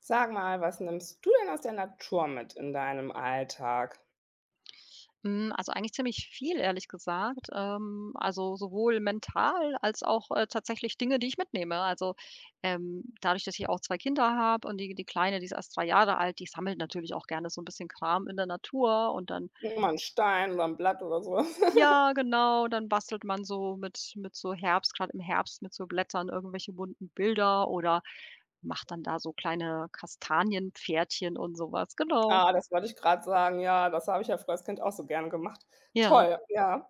Sag mal, was nimmst du denn aus der Natur mit in deinem Alltag? Also eigentlich ziemlich viel, ehrlich gesagt. Also sowohl mental als auch, tatsächlich Dinge, die ich mitnehme. Also, dadurch, dass ich auch 2 Kinder habe und die Kleine, die ist erst 3 Jahre alt. Die sammelt natürlich auch gerne so ein bisschen Kram in der Natur. Und dann Mal ein Stein oder ein Blatt oder so. ja, genau, dann bastelt man so mit so Herbst gerade im Herbst mit so Blättern irgendwelche bunten Bilder oder macht dann da so kleine Kastanienpferdchen und sowas. Genau. Ah, das wollte ich gerade sagen. Ja, das habe ich ja früher als Kind auch so gerne gemacht. Ja. Toll, ja.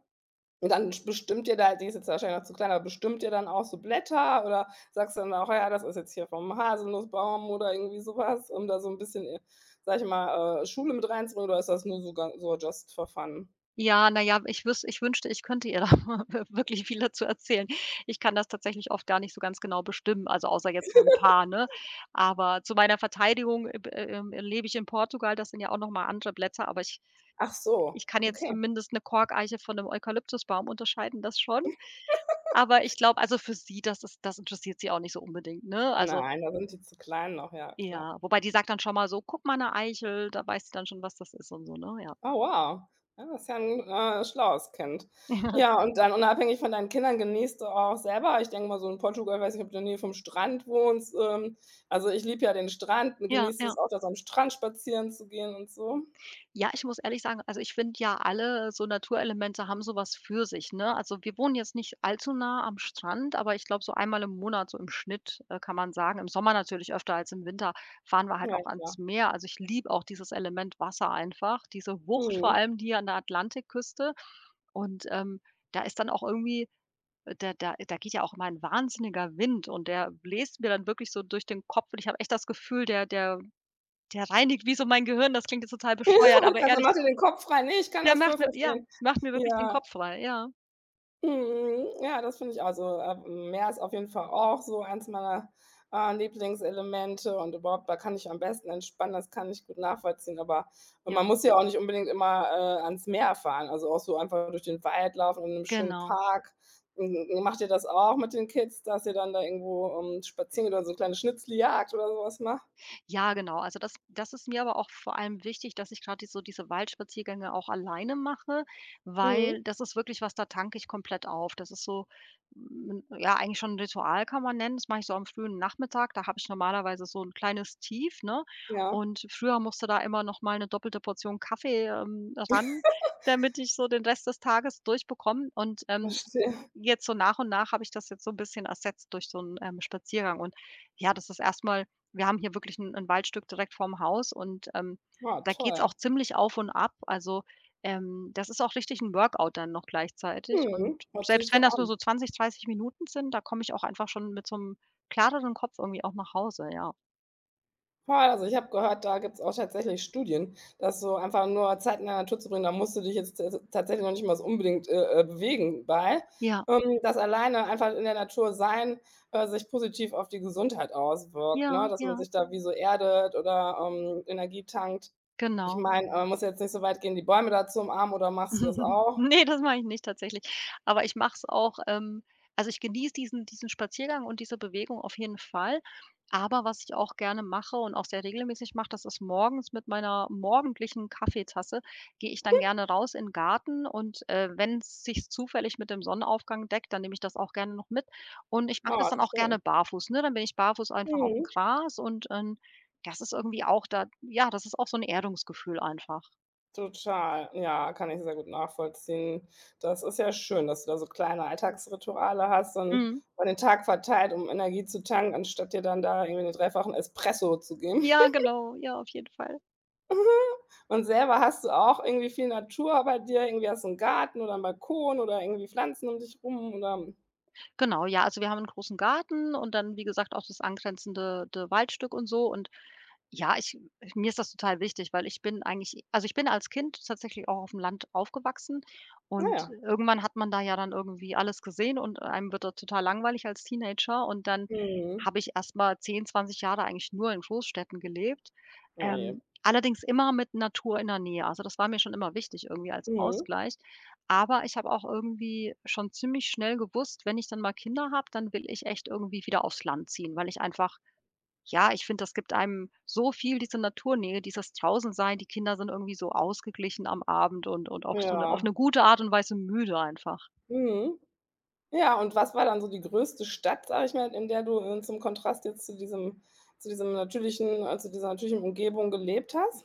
Und dann bestimmt ihr da die ist jetzt wahrscheinlich noch zu klein, aber bestimmt ihr dann auch so Blätter oder sagst du dann auch: „Ja, das ist jetzt hier vom Haselnussbaum“ oder irgendwie sowas, um da so ein bisschen, sage ich mal, Schule mit reinzubringen oder ist das nur so ga so just for fun? Ja, na ja, ich wünschte, ich könnte ihr da wir wirklich viel dazu erzählen. Ich kann das tatsächlich oft gar nicht so ganz genau bestimmen, also außer jetzt so 'n paar, ne? Aber zu meiner Verteidigung, b lebe ich in Portugal, das sind ja auch noch mal andere Blätter, aber ich Ach ich so, kann jetzt okay. zumindest 'ne Korkeiche von 'nem Eukalyptusbaum unterscheiden, das schon. Aber ich glaube, also für sie, das interessiert sie auch nicht so unbedingt, ne? Also Nein, da sind die zu klein noch, ja, klar. ja, wobei die sagt dann schon mal so: „Guck mal, 'ne Eichel“, da weiß sie dann schon, was das ist und so, ne? Ja. Oh, wow. Ja, das ist ja 'n, schlaues Kind. Ja, und dann unabhängig von deinen Kindern genießt du auch selber, ich denke mal so in Portugal, weiß nicht, ob du in der Nähe vom Strand wohnst, also, ich liebe ja den Strand, Ja, genießt ja. es auch, da so am Strand spazieren zu gehen und so. Ja, ich muss ehrlich sagen, also, ich finde ja, alle so Naturelemente haben so was für sich, ne? Also, wir wohnen jetzt nicht allzu nah am Strand, aber ich glaube, so einmal im Monat, so im Schnitt, kann man sagen, im Sommer natürlich öfter als im Winter, fahren wir halt Ja, auch klar. ans Meer. Also, ich liebe auch dieses Element Wasser einfach, diese Wucht vor Mhm. allem hier an der Atlantikküste. Und, da ist dann auch irgendwie, da geht ja auch immer ein wahnsinniger Wind und der bläst mir dann wirklich so durch den Kopf und ich habe echt das Gefühl, der reinigt wie so mein Gehirn. Das klingt jetzt total Ich bescheuert, wollte aber grad ehrlich, mach dir den Kopf frei. Ne, ich kann der das macht voll mir, ja, verstehen. macht mir wirklich den Ja. Kopf frei, ja. Mhm, ja, das finde ich auch so. Meer ist auf jeden Fall auch so eins meiner, Lieblingselemente, und überhaupt, da kann ich am besten entspannen, das kann ich gut nachvollziehen, aber Ja, man muss ja auch nicht unbedingt immer, ans Meer fahren, also auch so einfach durch den Wald laufen und in einem schönen genau. Park. M macht ihr das auch mit den Kids, dass ihr dann da irgendwo, spazieren geht oder so eine kleine Schnitzeljagd oder sowas macht? Ja, genau. Also das ist mir aber auch vor allem wichtig, dass ich gerade diese Waldspaziergänge auch alleine mache, Mhm. weil das ist wirklich was, da tanke ich komplett auf. Das ist so, ja, eigentlich schon ein Ritual, kann man nennen. Das mache ich so am frühen Nachmittag. Da habe ich normalerweise so ein kleines Tief, ne? Ja, Und früher musste da immer noch mal eine doppelte Portion Kaffee, ran, damit ich so den Rest des Tages durchbekomme. Und, verstehe. jetzt so nach und nach habe ich das jetzt so ein bisschen ersetzt durch so einen, Spaziergang. Und ja, das ist erstmal, wir haben hier wirklich ein 'n Waldstück direkt vorm Haus und, Ah, da geht's auch toll. ziemlich auf und ab. Also, das ist auch richtig ein Workout dann noch gleichzeitig und Mhm, hört sich selbst so wenn das nur so an. 20, 30 Minuten sind, da komme ich auch einfach schon mit so einem klareren Kopf irgendwie auch nach Hause, ja. Voll, also ich habe gehört, da gibt's auch tatsächlich Studien, dass so einfach nur Zeit in der Natur zu bringen, da musst du dich jetzt tatsächlich noch nicht mal so unbedingt, bewegen bei, Ja, dass alleine einfach in der Natur sein, sich positiv auf die Gesundheit auswirkt, ne, ja, dass man ja, sich da wie so erdet oder, Energie tankt. Ich genau. meine, muss jetzt nicht so weit gehen, die Bäume dazu umarmen oder machst du das auch? Ne, das mache ich nicht tatsächlich. Aber ich mache es auch, also, ich genieße diesen Spaziergang und diese Bewegung auf jeden Fall. Aber was ich auch gerne mache und auch sehr regelmäßig mache, das ist: morgens mit meiner morgendlichen Kaffeetasse gehe ich dann gerne raus in 'n Garten und, wenn es sich zufällig mit dem Sonnenaufgang deckt, dann nehme ich das auch gerne noch mit. Und ich mache das Ah, dann auch schön. gerne barfuß, ne? Dann bin ich barfuß einfach auf dem Mhm. Gras und, das ist irgendwie auch da, ja, das ist auch so ein Erdungsgefühl einfach. Total, ja, kann ich sehr gut nachvollziehen. Das ist ja schön, dass du da so kleine Alltagsrituale hast und Mhm. über den Tag verteilt, um Energie zu tanken, anstatt dir dann da irgendwie den dreifachen Espresso zu geben. Ja, genau, ja, auf jeden Fall. Und selber hast du auch irgendwie viel Natur bei dir, irgendwie hast du einen Garten oder einen Balkon oder irgendwie Pflanzen um dich rum oder Genau, ja, also wir haben 'n großen Garten und dann, wie gesagt, auch das angrenzende de Waldstück und so. Und ja, ich mir ist das total wichtig, weil ich bin eigentlich, also, ich bin als Kind tatsächlich auch auf dem Land aufgewachsen naja. und Ja. irgendwann hat man da ja dann irgendwie alles gesehen und einem wird da total langweilig als Teenager. Und dann Mhm. habe ich erst mal 10, 20 Jahre eigentlich nur in Großstädten gelebt, Oh je. Allerdings immer mit Natur in der Nähe. Also, das war mir schon immer wichtig irgendwie als Mhm. Ausgleich, aber ich habe auch irgendwie schon ziemlich schnell gewusst: Wenn ich dann mal Kinder habe, dann will ich echt irgendwie wieder aufs Land ziehen, weil ich einfach, ja, ich finde, das gibt einem so viel, diese Naturnähe, dieses Draußensein. Die Kinder sind irgendwie so ausgeglichen am Abend und auch so eine auf eine Ja. gute Art und Weise müde einfach. Mhm. Ja, und was war dann so die größte Stadt, sage ich mal, in der du, zum Kontrast jetzt zu diesem natürlichen zu dieser natürlichen Umgebung gelebt hast?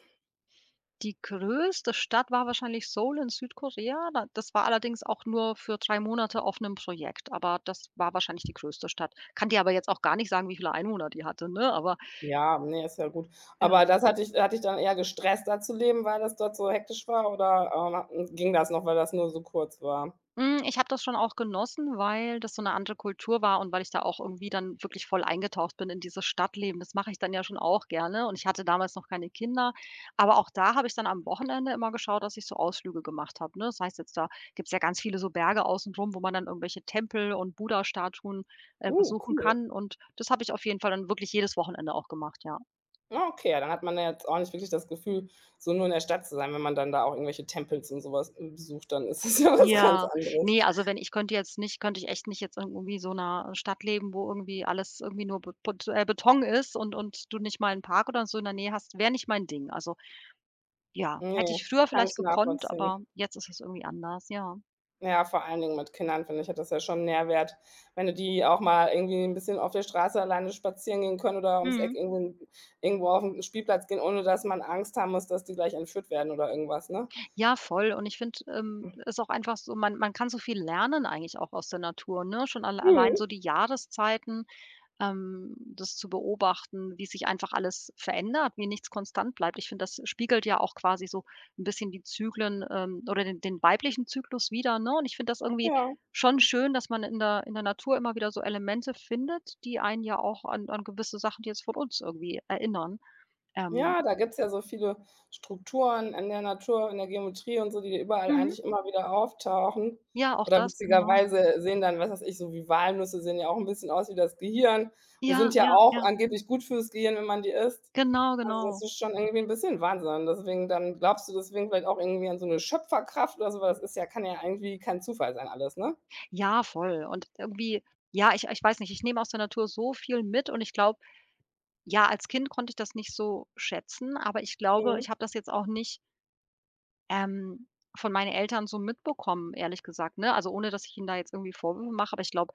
Die größte Stadt war wahrscheinlich Seoul in Südkorea. Da Das war allerdings auch nur für 3 Monate auf 'nem Projekt, aber das war wahrscheinlich die größte Stadt. Kann dir aber jetzt auch gar nicht sagen, wie viele Einwohner die hatte, ne, aber Ja, nee, ist ja gut. ja. Aber das hat dich dann eher gestresst, da zu leben, weil das dort so hektisch war oder, ging das noch, weil das nur so kurz war? Ich habe das schon auch genossen, weil das so eine andere Kultur war und weil ich da auch irgendwie dann wirklich voll eingetaucht bin in dieses Stadtleben. Das mache ich dann ja schon auch gerne und ich hatte damals noch keine Kinder. Aber auch da habe ich dann am Wochenende immer geschaut, dass ich so Ausflüge gemacht habe, ne? Das heißt jetzt, da gibt es ja ganz viele so Berge außenrum, wo man dann irgendwelche Tempel und Buddha-Statuen, besuchen Cool. kann, und das habe ich auf jeden Fall dann wirklich jedes Wochenende auch gemacht, ja. Ah, okay, ja, dann hat man ja jetzt auch nicht wirklich das Gefühl, so nur in der Stadt zu sein. Wenn man dann da auch irgendwelche Tempels und sowas besucht, dann ist es ja was ganz Ja, anderes. ne, also, wenn ich könnte jetzt nicht könnte ich echt nicht jetzt irgendwie so einer Stadt leben, wo irgendwie alles irgendwie nur Beton ist und du nicht mal 'n Park oder so in der Nähe hast, wäre nicht mein Ding. Also, ja, hätte Ne, ich früher kann vielleicht ich gekonnt, nachvollziehen. aber jetzt ist es irgendwie anders, ja. Ja, vor allen Dingen mit Kindern, finde ich, hat das ja schon 'n Nährwert, wenn du die auch mal irgendwie 'n bisschen auf der Straße alleine spazieren gehen können oder ums Eck Mhm. irgendwo auf 'n Spielplatz gehen, ohne dass man Angst haben muss, dass die gleich entführt werden oder irgendwas, ne? Ja, voll. Und ich finde, ist auch einfach so, man kann so viel lernen eigentlich auch aus der Natur, ne? Schon allein Mhm, so die Jahreszeiten. Das zu beobachten, wie sich einfach alles verändert, wie nichts konstant bleibt. Ich finde, das spiegelt ja auch quasi so ein bisschen die Zyklen, oder den weiblichen Zyklus wieder, ne? Und ich finde das irgendwie ja. schon schön, dass man in der Natur immer wieder so Elemente findet, die einen ja auch an gewisse Sachen, die jetzt von uns, irgendwie erinnern. Ähm, Ja, da gibt's ja so viele Strukturen in der Natur, in der Geometrie und so, die überall mhm, eigentlich immer wieder auftauchen. ja, auch Oder das, genau. witzigerweise sehen dann, was weiß ich, so wie Walnüsse sehen ja auch ein bisschen aus wie das Gehirn und Ja, sind ja ja, auch ja. angeblich gut fürs Gehirn, wenn man die isst. Genau, Also, das genau. ist schon irgendwie ein bisschen Wahnsinn. Deswegen dann glaubst du deswegen vielleicht auch irgendwie an so eine Schöpferkraft oder so, weil das ist ja, kann ja irgendwie kein Zufall sein alles, ne? Ja, voll. Und irgendwie, ja, ich weiß nicht, ich nehme aus der Natur so viel mit und ich glaube. Ja, als Kind konnte ich das nicht so schätzen, aber ich glaube, ich Mhm. habe das jetzt auch nicht, ähm, von meinen Eltern so mitbekommen, ehrlich gesagt, ne? Also, ohne dass ich ihnen da jetzt irgendwie Vorwürfe mache, aber ich glaube,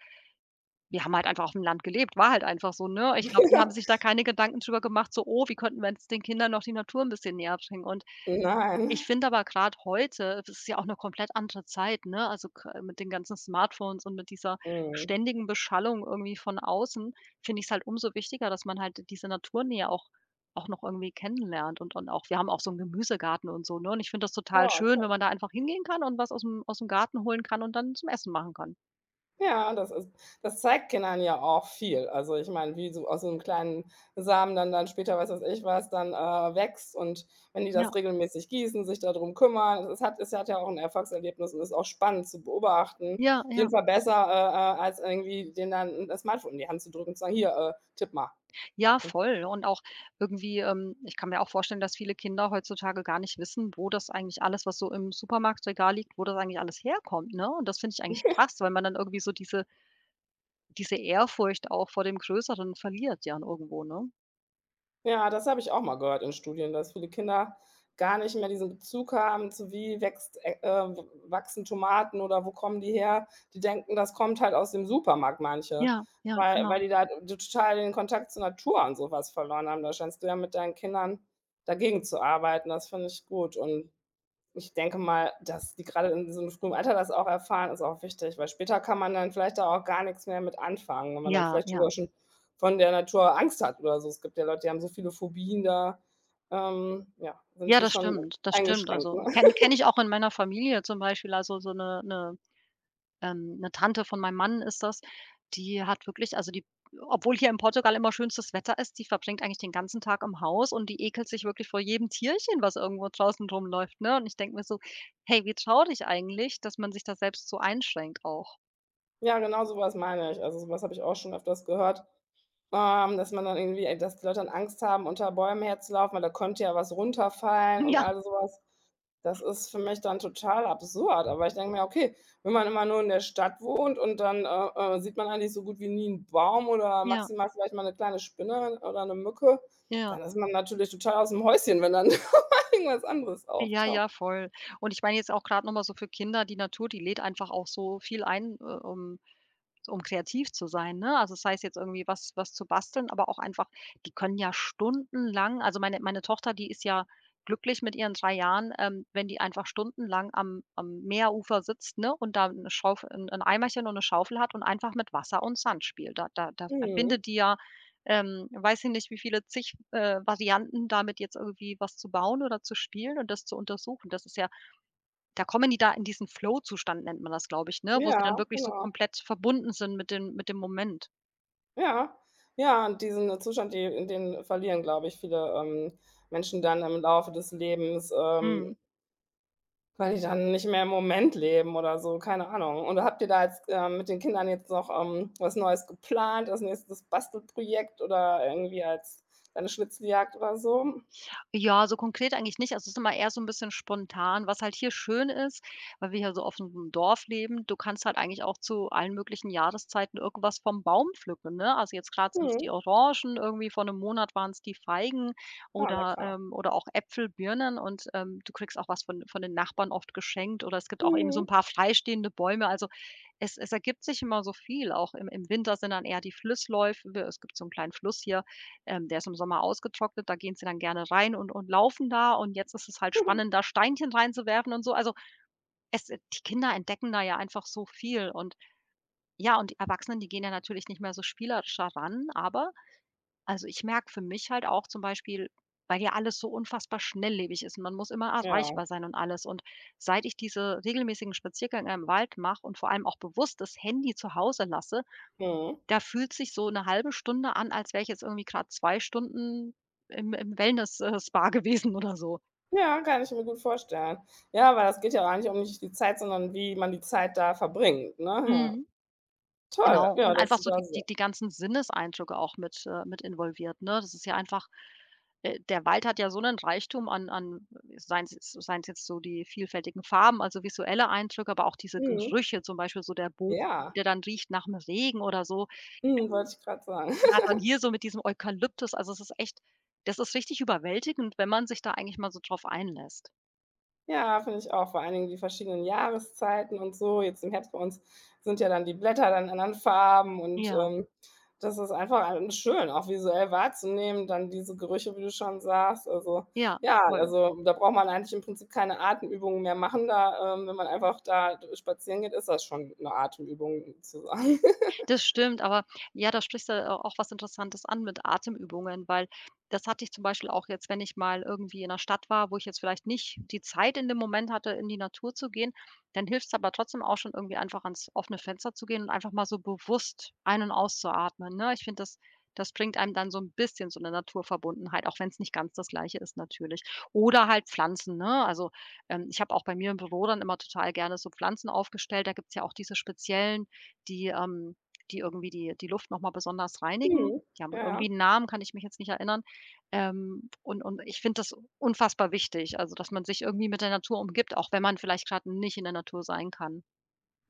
wir haben halt einfach auf dem Land gelebt, war halt einfach so, ne? Ich glaube, die haben sich da keine Gedanken drüber gemacht, so: „Oh, wie könnten wir jetzt den Kindern noch die Natur ein bisschen näher bringen?“ Und ich Nein. finde aber gerade heute, das ist ja auch 'ne komplett andere Zeit, ne? Also, gr mit den ganzen Smartphones und mit dieser Mhm. ständigen Beschallung irgendwie von außen, finde ich's halt umso wichtiger, dass man halt diese Naturnähe auch noch irgendwie kennenlernt, und auch, wir haben auch so 'n Gemüsegarten und so, ne? Und ich finde das total Oh, schön, wenn toll. man da einfach hingehen kann und was aus'm Garten holen kann und dann zum Essen machen kann. Ja, das ist, das zeigt Kindern ja auch viel. Also, ich meine, wie so aus so einem kleinen Samen dann später, weiß was ich was, dann, wächst, und wenn die Ja, das regelmäßig gießen, sich darum kümmern, es hat, es hat ja auch ein Erfolgserlebnis und ist auch spannend zu beobachten. ja, Auf ja. jeden Fall besser, als irgendwie denen dann das Smartphone in die Hand zu drücken und zu sagen: „Hier, tipp mal.“ Ja, voll. Und auch irgendwie, ich kann mir auch vorstellen, dass viele Kinder heutzutage gar nicht wissen, wo das eigentlich alles, was so im Supermarktregal liegt, wo das eigentlich alles herkommt, ne? Und das finde ich eigentlich krass, weil man dann irgendwie so diese Ehrfurcht auch vor dem Größeren verliert, ja, irgendwo, ne? Ja, das habe ich auch mal gehört in Studien, dass viele Kinder gar nicht mehr diesen Bezug haben zu wie wächst, wachsen Tomaten oder wo kommen die her? Die denken, das kommt halt aus dem Supermarkt manche, Ja, ja, weil genau. die da total den Kontakt zur Natur und sowas verloren haben. Da scheinst du ja mit deinen Kindern dagegen zu arbeiten. Das finde ich gut, und ich denke mal, dass die gerade in so 'nem frühen Alter das auch erfahren, ist auch wichtig, weil später kann man dann vielleicht da auch gar nichts mehr mit anfangen, wenn man dann Ja, vielleicht ja. sogar schon von der Natur Angst hat oder so. Es gibt ja Leute, die haben so viele Phobien, da, ja, sind Ja, die das schon stimmt, das stimmt. eingeschränkt, Also, ne? Kenne ich auch in meiner Familie zum Beispiel, also so eine. 'Ne Tante von meinem Mann ist das, die hat wirklich also, die, obwohl hier in Portugal immer schönstes Wetter ist, die verbringt eigentlich den ganzen Tag im Haus und die ekelt sich wirklich vor jedem Tierchen, was irgendwo draußen rumläuft, ne? Und ich denke mir so: „Hey, wie traurig eigentlich, dass man sich da selbst so einschränkt auch.“ Ja, genau so was meine ich. Also, so was habe ich auch schon öfters gehört. Dass man dann irgendwie dass die Leute dann Angst haben, unter Bäumen herzulaufen, weil da könnte ja was runterfallen und Ja, all so was. Das ist für mich dann total absurd, aber ich denke mir: „Okay, wenn man immer nur in der Stadt wohnt und dann, sieht man eigentlich so gut wie nie 'n Baum oder ja, maximal vielleicht mal 'ne kleine Spinne oder 'ne Mücke, ja. dann ist man natürlich total ausm Häuschen, wenn dann irgendwas anderes Ja, ja, auftaucht.“ voll. Und ich meine jetzt auch gerade noch mal so für Kinder: Die Natur, die lädt einfach auch so viel ein, um So, um kreativ zu sein, ne? Also, das heißt jetzt irgendwie, was zu basteln, aber auch einfach, die können ja stundenlang, also, meine Tochter, die ist ja glücklich mit ihren 3 Jahren, wenn die einfach stundenlang am Meerufer sitzt, ne, und da 'ne Schauf 'n Eimerchen und eine Schaufel hat und einfach mit Wasser und Sand spielt. Da Mhm. findet die ja, weiß ich nicht, wie viele zig, Varianten, damit jetzt irgendwie was zu bauen oder zu spielen und das zu untersuchen. Das ist ja Da kommen die da in diesen Flow-Zustand, nennt man das, glaube ich, ne, wo sie Ja, dann wirklich so genau. komplett verbunden sind mit dem Moment. Ja, ja, und diesen Zustand, die in den verlieren, glaube ich, viele, Menschen dann im Laufe des Lebens, Mhm. weil die dann nicht mehr im Moment leben oder so, keine Ahnung. Und habt ihr da jetzt, mit den Kindern jetzt noch, was Neues geplant, als nächstes Bastelprojekt oder irgendwie als eine Schnitzeljagd oder so? Ja, so konkret eigentlich nicht. Also, es ist immer eher so ein bisschen spontan, was halt hier schön ist, weil wir hier so auf'm Dorf leben. Du kannst halt eigentlich auch zu allen möglichen Jahreszeiten irgendwas vom Baum pflücken, ne? Also, jetzt gerade sind es Mhm. die Orangen, irgendwie vor einem Monat waren es die Feigen Ah, lecker. Oder auch Äpfel, Birnen und, du kriegst auch was von den Nachbarn oft geschenkt, oder es gibt auch eben so Mhm. ein paar freistehende Bäume. Also, es ergibt sich immer so viel. Auch im Winter sind dann eher die Flussläufe. Es gibt so einen kleinen Fluss hier, der ist im Sommer ausgetrocknet, da gehen sie dann gerne rein und laufen da, und jetzt ist es halt spannend, da Steinchen reinzuwerfen und so. Also, es die Kinder entdecken da ja einfach so viel, und ja, und die Erwachsenen, die gehen ja natürlich nicht mehr so spielerisch da ran, aber also, ich merke für mich halt auch zum Beispiel, weil ja alles so unfassbar schnelllebig ist und man muss immer Ja. erreichbar sein und alles, und seit ich diese regelmäßigen Spaziergänge im Wald mache und vor allem auch bewusst das Handy zu Hause lasse, Mhm. da fühlt sich so eine halbe Stunde an, als wäre ich jetzt irgendwie gerade 2 Stunden im Wellness Spa gewesen oder so. Ja, kann ich mir gut vorstellen. Ja, weil das geht ja auch eigentlich um nicht die Zeit, sondern wie man die Zeit da verbringt, ne? Ja. Mhm. Toll, Genau, ja, und dass einfach du so da die die so die ganzen Sinneseindrücke auch mit involviert, ne? Das ist ja einfach der Wald hat ja so einen Reichtum an seien's jetzt so die vielfältigen Farben, also visuelle Eindrücke, aber auch diese Mhm. Gerüche, zum Beispiel so der Boden, Ja, der dann riecht nach dem Regen oder so. mhm, Ähm, wollte ich gerade sagen. Grad dann hier so mit diesem Eukalyptus, also es ist echt, das ist richtig überwältigend, wenn man sich da eigentlich mal so drauf einlässt. Ja, finde ich auch, vor allen Dingen die verschiedenen Jahreszeiten und so. Jetzt im Herbst bei uns sind ja dann die Blätter dann in anderen Farben und, Ja, das ist einfach ein schön, auch visuell wahrzunehmen, dann diese Gerüche, wie du schon sagst. Also, ja, ja, voll. also, da braucht man eigentlich im Prinzip keine Atemübungen mehr machen. Da, wenn man einfach da spazieren geht, ist das schon eine Atemübung sozusagen. Das stimmt, aber ja, da sprichst du au auch was Interessantes an mit Atemübungen, weil das hatte ich zum Beispiel auch jetzt, wenn ich mal irgendwie in der Stadt war, wo ich jetzt vielleicht nicht die Zeit in dem Moment hatte, in die Natur zu gehen, dann hilft es aber trotzdem auch schon irgendwie einfach ans offene Fenster zu gehen und einfach mal so bewusst ein und auszuatmen, ne? Ich finde, das bringt einem dann so ein bisschen so eine Naturverbundenheit, auch wenn es nicht ganz das Gleiche ist natürlich. Oder halt Pflanzen, ne? Also, ich habe auch bei mir im Büro dann immer total gerne so Pflanzen aufgestellt. Da gibt's ja auch diese speziellen, die, die irgendwie die Luft noch mal besonders reinigen. Mhm, Die haben ja, irgendwie ja. einen Namen, kann ich mich jetzt nicht erinnern. Und ich finde das unfassbar wichtig, also, dass man sich irgendwie mit der Natur umgibt, auch wenn man vielleicht gerade nicht in der Natur sein kann.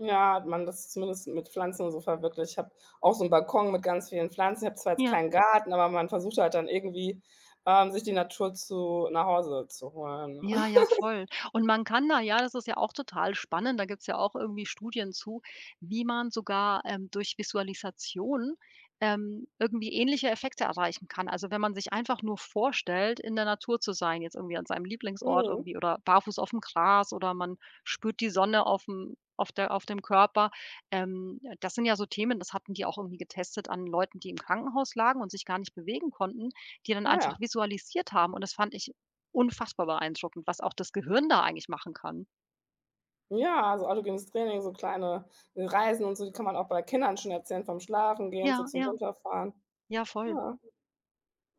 Ja, hat man das zumindest mit Pflanzen und so verwirklicht. Ich habe auch so 'n Balkon mit ganz vielen Pflanzen. Ich habe zwar jetzt Ja. keinen Garten, aber man versucht halt dann irgendwie, sich die Natur zu nach Hause zu holen. Ja, ja, voll. Und man kann da ja, das ist ja auch total spannend, da gibt's ja auch irgendwie Studien zu, wie man sogar, durch Visualisation, irgendwie ähnliche Effekte erreichen kann. Also, wenn man sich einfach nur vorstellt, in der Natur zu sein, jetzt irgendwie an seinem Lieblingsort Mhm. irgendwie, oder barfuß auf dem Gras, oder man spürt die Sonne aufm auf der auf dem Körper. Das sind ja so Themen, das hatten die auch irgendwie getestet an Leuten, die im Krankenhaus lagen und sich gar nicht bewegen konnten, die dann Ah einfach ja. visualisiert haben, und das fand ich unfassbar beeindruckend, was auch das Gehirn da eigentlich machen kann. Ja, also autogenes Training, so kleine Reisen und so, die kann man auch bei Kindern schon erzählen, vom Schlafengehen, so Ja, zum ja, Runterfahren. ja, voll. Ja.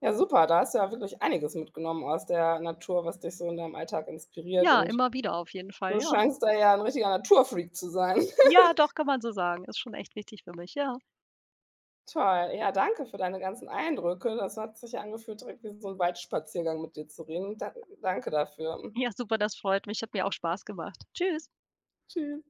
Ja, super, da hast du ja wirklich einiges mitgenommen aus der Natur, was dich so in deinem Alltag inspiriert, Ja, und immer wieder auf jeden Fall, du ja. scheinst da ja 'n richtiger Naturfreak zu sein. Ja, doch, kann man so sagen. Ist schon echt wichtig für mich, ja. Toll. Ja, danke für deine ganzen Eindrücke. Das hat sich ja angefühlt, direkt wie so ein Waldspaziergang mit dir zu reden. Danke dafür. Ja, super, das freut mich. Hat mir auch Spaß gemacht. Tschüss. Tschüss.